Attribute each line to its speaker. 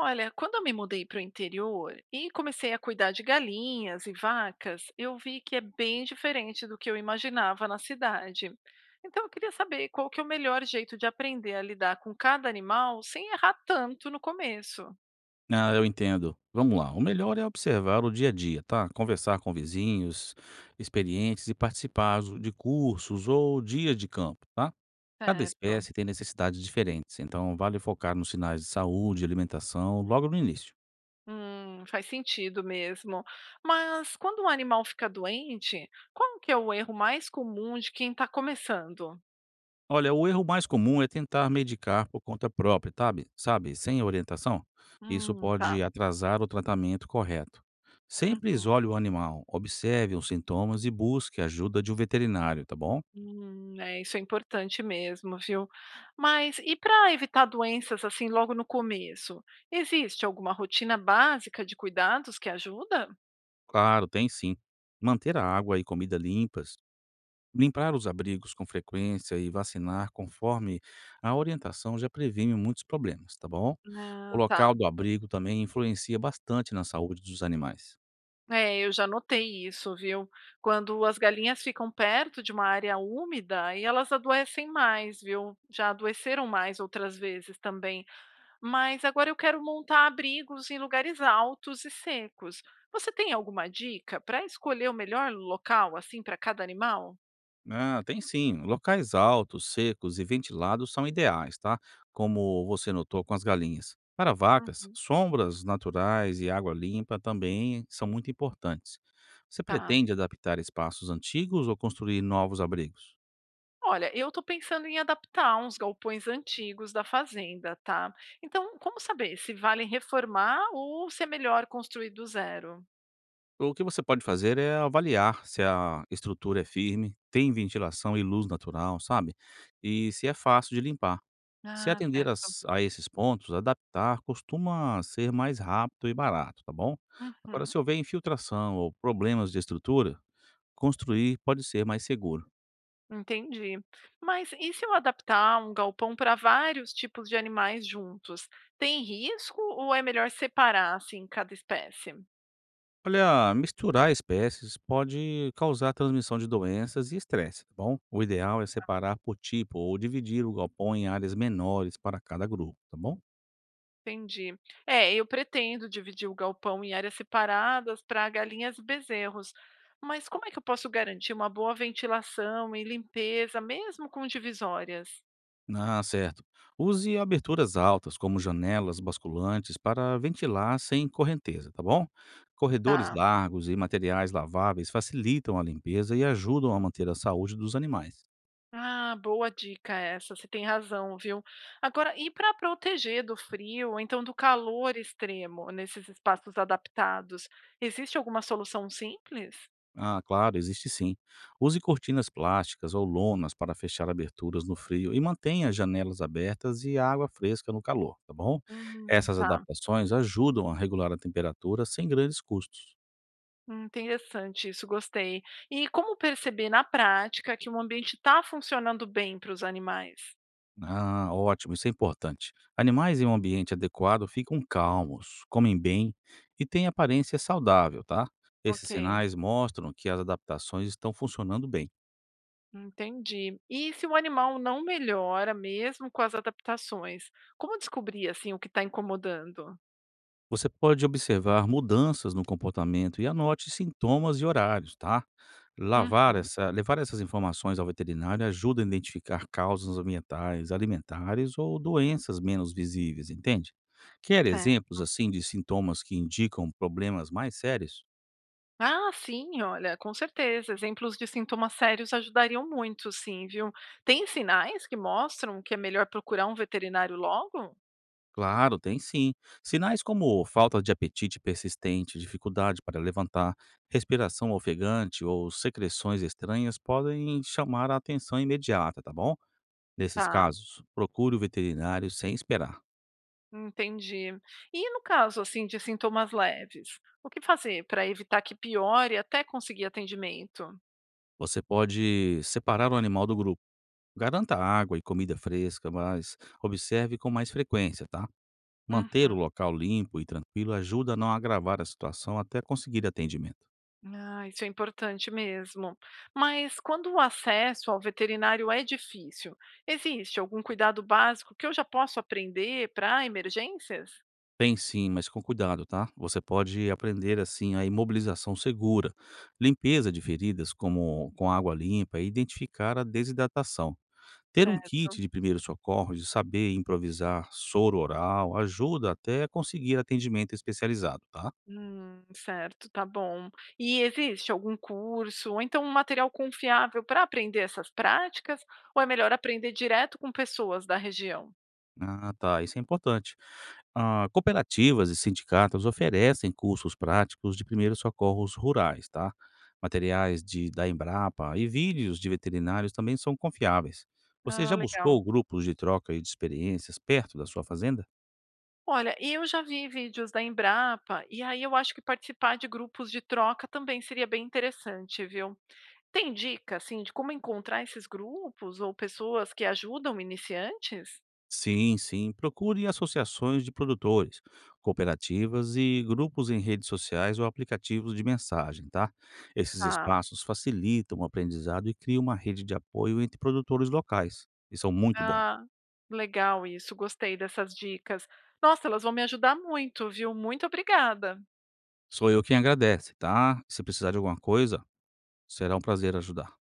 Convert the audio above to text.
Speaker 1: Olha, quando eu me mudei para o interior e comecei a cuidar de galinhas e vacas, eu vi que é bem diferente do que eu imaginava na cidade. Então eu queria saber qual que é o melhor jeito de aprender a lidar com cada animal sem errar tanto no começo.
Speaker 2: Ah, eu entendo. Vamos lá. O melhor é observar o dia a dia, tá? Conversar com vizinhos, experientes e participar de cursos ou dias de campo, tá? Cada
Speaker 1: Certo.
Speaker 2: espécie tem necessidades diferentes, então vale focar nos sinais de saúde e alimentação logo no início.
Speaker 1: Faz sentido mesmo. Mas quando um animal fica doente, qual que é o erro mais comum de quem está começando?
Speaker 2: Olha, o erro mais comum é tentar medicar por conta própria, sabe? Sabe, sem orientação. Isso
Speaker 1: Tá.
Speaker 2: pode atrasar o tratamento correto. Sempre
Speaker 1: Uhum.
Speaker 2: isole o animal, observe os sintomas e busque a ajuda de um veterinário, tá bom?
Speaker 1: É, isso é importante mesmo, viu? Mas e para evitar doenças assim logo no começo? Existe alguma rotina básica de cuidados que ajuda?
Speaker 2: Claro, tem sim. Manter a água e comida limpas, limpar os abrigos com frequência e vacinar conforme a orientação já previne muitos problemas, tá bom? O
Speaker 1: Ah, tá.
Speaker 2: local do abrigo também influencia bastante na saúde dos animais.
Speaker 1: É, eu já notei isso, viu? Quando as galinhas ficam perto de uma área úmida, aí elas adoecem mais, viu? Já adoeceram mais outras vezes também. Mas agora eu quero montar abrigos em lugares altos e secos. Você tem alguma dica para escolher o melhor local assim para cada animal?
Speaker 2: Ah, tem sim. Locais altos, secos e ventilados são ideais, tá? Como você notou com as galinhas. Para vacas,
Speaker 1: Hum,
Speaker 2: sombras naturais e água limpa também são muito importantes. Você
Speaker 1: tá.
Speaker 2: pretende adaptar espaços antigos ou construir novos abrigos?
Speaker 1: Olha, eu estou pensando em adaptar uns galpões antigos da fazenda, tá? Então, como saber se vale reformar ou se é melhor construir do zero?
Speaker 2: O que você pode fazer é avaliar se a estrutura é firme, tem ventilação e luz natural, sabe? E se é fácil de limpar. Se
Speaker 1: Ah,
Speaker 2: atender
Speaker 1: certo.
Speaker 2: a esses pontos, adaptar costuma ser mais rápido e barato, tá bom? Agora,
Speaker 1: Uhum,
Speaker 2: se houver infiltração ou problemas de estrutura, construir pode ser mais seguro.
Speaker 1: entendi. Mas e se eu adaptar um galpão para vários tipos de animais juntos? Tem risco ou é melhor separar assim cada espécie?
Speaker 2: Olha, misturar espécies pode causar transmissão de doenças e estresse, tá bom? O ideal é separar por tipo ou dividir o galpão em áreas menores para cada grupo, tá bom?
Speaker 1: Entendi. É, eu pretendo dividir o galpão em áreas separadas para galinhas e bezerros. Mas como é que eu posso garantir uma boa ventilação e limpeza, mesmo com divisórias?
Speaker 2: Ah, certo. Use aberturas altas, como janelas basculantes, para ventilar sem correnteza, tá bom? Corredores
Speaker 1: Tá.
Speaker 2: largos e materiais laváveis facilitam a limpeza e ajudam a manter a saúde dos animais.
Speaker 1: Ah, boa dica essa, você tem razão, viu? Agora, e para proteger do frio, ou então do calor extremo nesses espaços adaptados, existe alguma solução simples?
Speaker 2: Ah, claro, existe sim. Use cortinas plásticas ou lonas para fechar aberturas no frio e mantenha as janelas abertas e a água fresca no calor, tá bom? Essas
Speaker 1: Tá.
Speaker 2: adaptações ajudam a regular a temperatura sem grandes custos.
Speaker 1: Interessante isso, gostei. E como perceber na prática que o ambiente está funcionando bem para os animais?
Speaker 2: Ah, ótimo, isso é importante. Animais em um ambiente adequado ficam calmos, comem bem e têm aparência saudável, tá? Esses
Speaker 1: Ok,
Speaker 2: sinais mostram que as adaptações estão funcionando bem.
Speaker 1: entendi. E se o animal não melhora, mesmo com as adaptações, como descobrir assim o que está incomodando?
Speaker 2: Você pode observar mudanças no comportamento e anote sintomas e horários, tá?
Speaker 1: Uhum,
Speaker 2: Levar essas informações ao veterinário ajuda a identificar causas ambientais, alimentares ou doenças menos visíveis, entende? Quer
Speaker 1: certo.
Speaker 2: exemplos assim de sintomas que indicam problemas mais sérios?
Speaker 1: Ah, sim, olha, com certeza. Exemplos de sintomas sérios ajudariam muito, sim, viu? Tem sinais que mostram que é melhor procurar um veterinário logo?
Speaker 2: Claro, tem sim. Sinais como falta de apetite persistente, dificuldade para levantar, respiração ofegante ou secreções estranhas podem chamar a atenção imediata, tá bom? Nesses
Speaker 1: Tá.
Speaker 2: casos, procure o veterinário sem esperar.
Speaker 1: Entendi. E no caso, assim, de sintomas leves, o que fazer para evitar que piore até conseguir atendimento?
Speaker 2: Você pode separar o animal do grupo. Garanta água e comida fresca, mas observe com mais frequência, tá? Manter o
Speaker 1: Uhum.
Speaker 2: local limpo e tranquilo ajuda a não agravar a situação até conseguir atendimento.
Speaker 1: Ah, isso é importante mesmo. Mas quando o acesso ao veterinário é difícil, existe algum cuidado básico que eu já posso aprender para emergências?
Speaker 2: Tem sim, mas com cuidado, tá? Você pode aprender assim a imobilização segura, limpeza de feridas como com água limpa e identificar a desidratação. Ter um
Speaker 1: Certo.
Speaker 2: kit de primeiros socorros e saber improvisar soro oral ajuda até a conseguir atendimento especializado, tá?
Speaker 1: Certo, tá bom. E existe algum curso ou então um material confiável para aprender essas práticas? Ou é melhor aprender direto com pessoas da região?
Speaker 2: Ah, tá, isso é importante. Ah, cooperativas e sindicatos oferecem cursos práticos de primeiros socorros rurais, tá? Da Embrapa e vídeos de veterinários também são confiáveis. Você
Speaker 1: Ah,
Speaker 2: já
Speaker 1: legal.
Speaker 2: buscou grupos de troca e de experiências perto da sua fazenda?
Speaker 1: Olha, e eu já vi vídeos da Embrapa, e aí eu acho que participar de grupos de troca também seria bem interessante, viu? Tem dica, assim, de como encontrar esses grupos ou pessoas que ajudam iniciantes?
Speaker 2: Sim, sim. Procure associações de produtores, cooperativas e grupos em redes sociais ou aplicativos de mensagem, tá? Esses
Speaker 1: Tá.
Speaker 2: espaços facilitam o aprendizado e criam uma rede de apoio entre produtores locais. E são muito bons.
Speaker 1: Ah, legal isso, gostei dessas dicas. Nossa, elas vão me ajudar muito, viu? Muito obrigada.
Speaker 2: Sou eu quem agradece, tá? Se precisar de alguma coisa, será um prazer ajudar.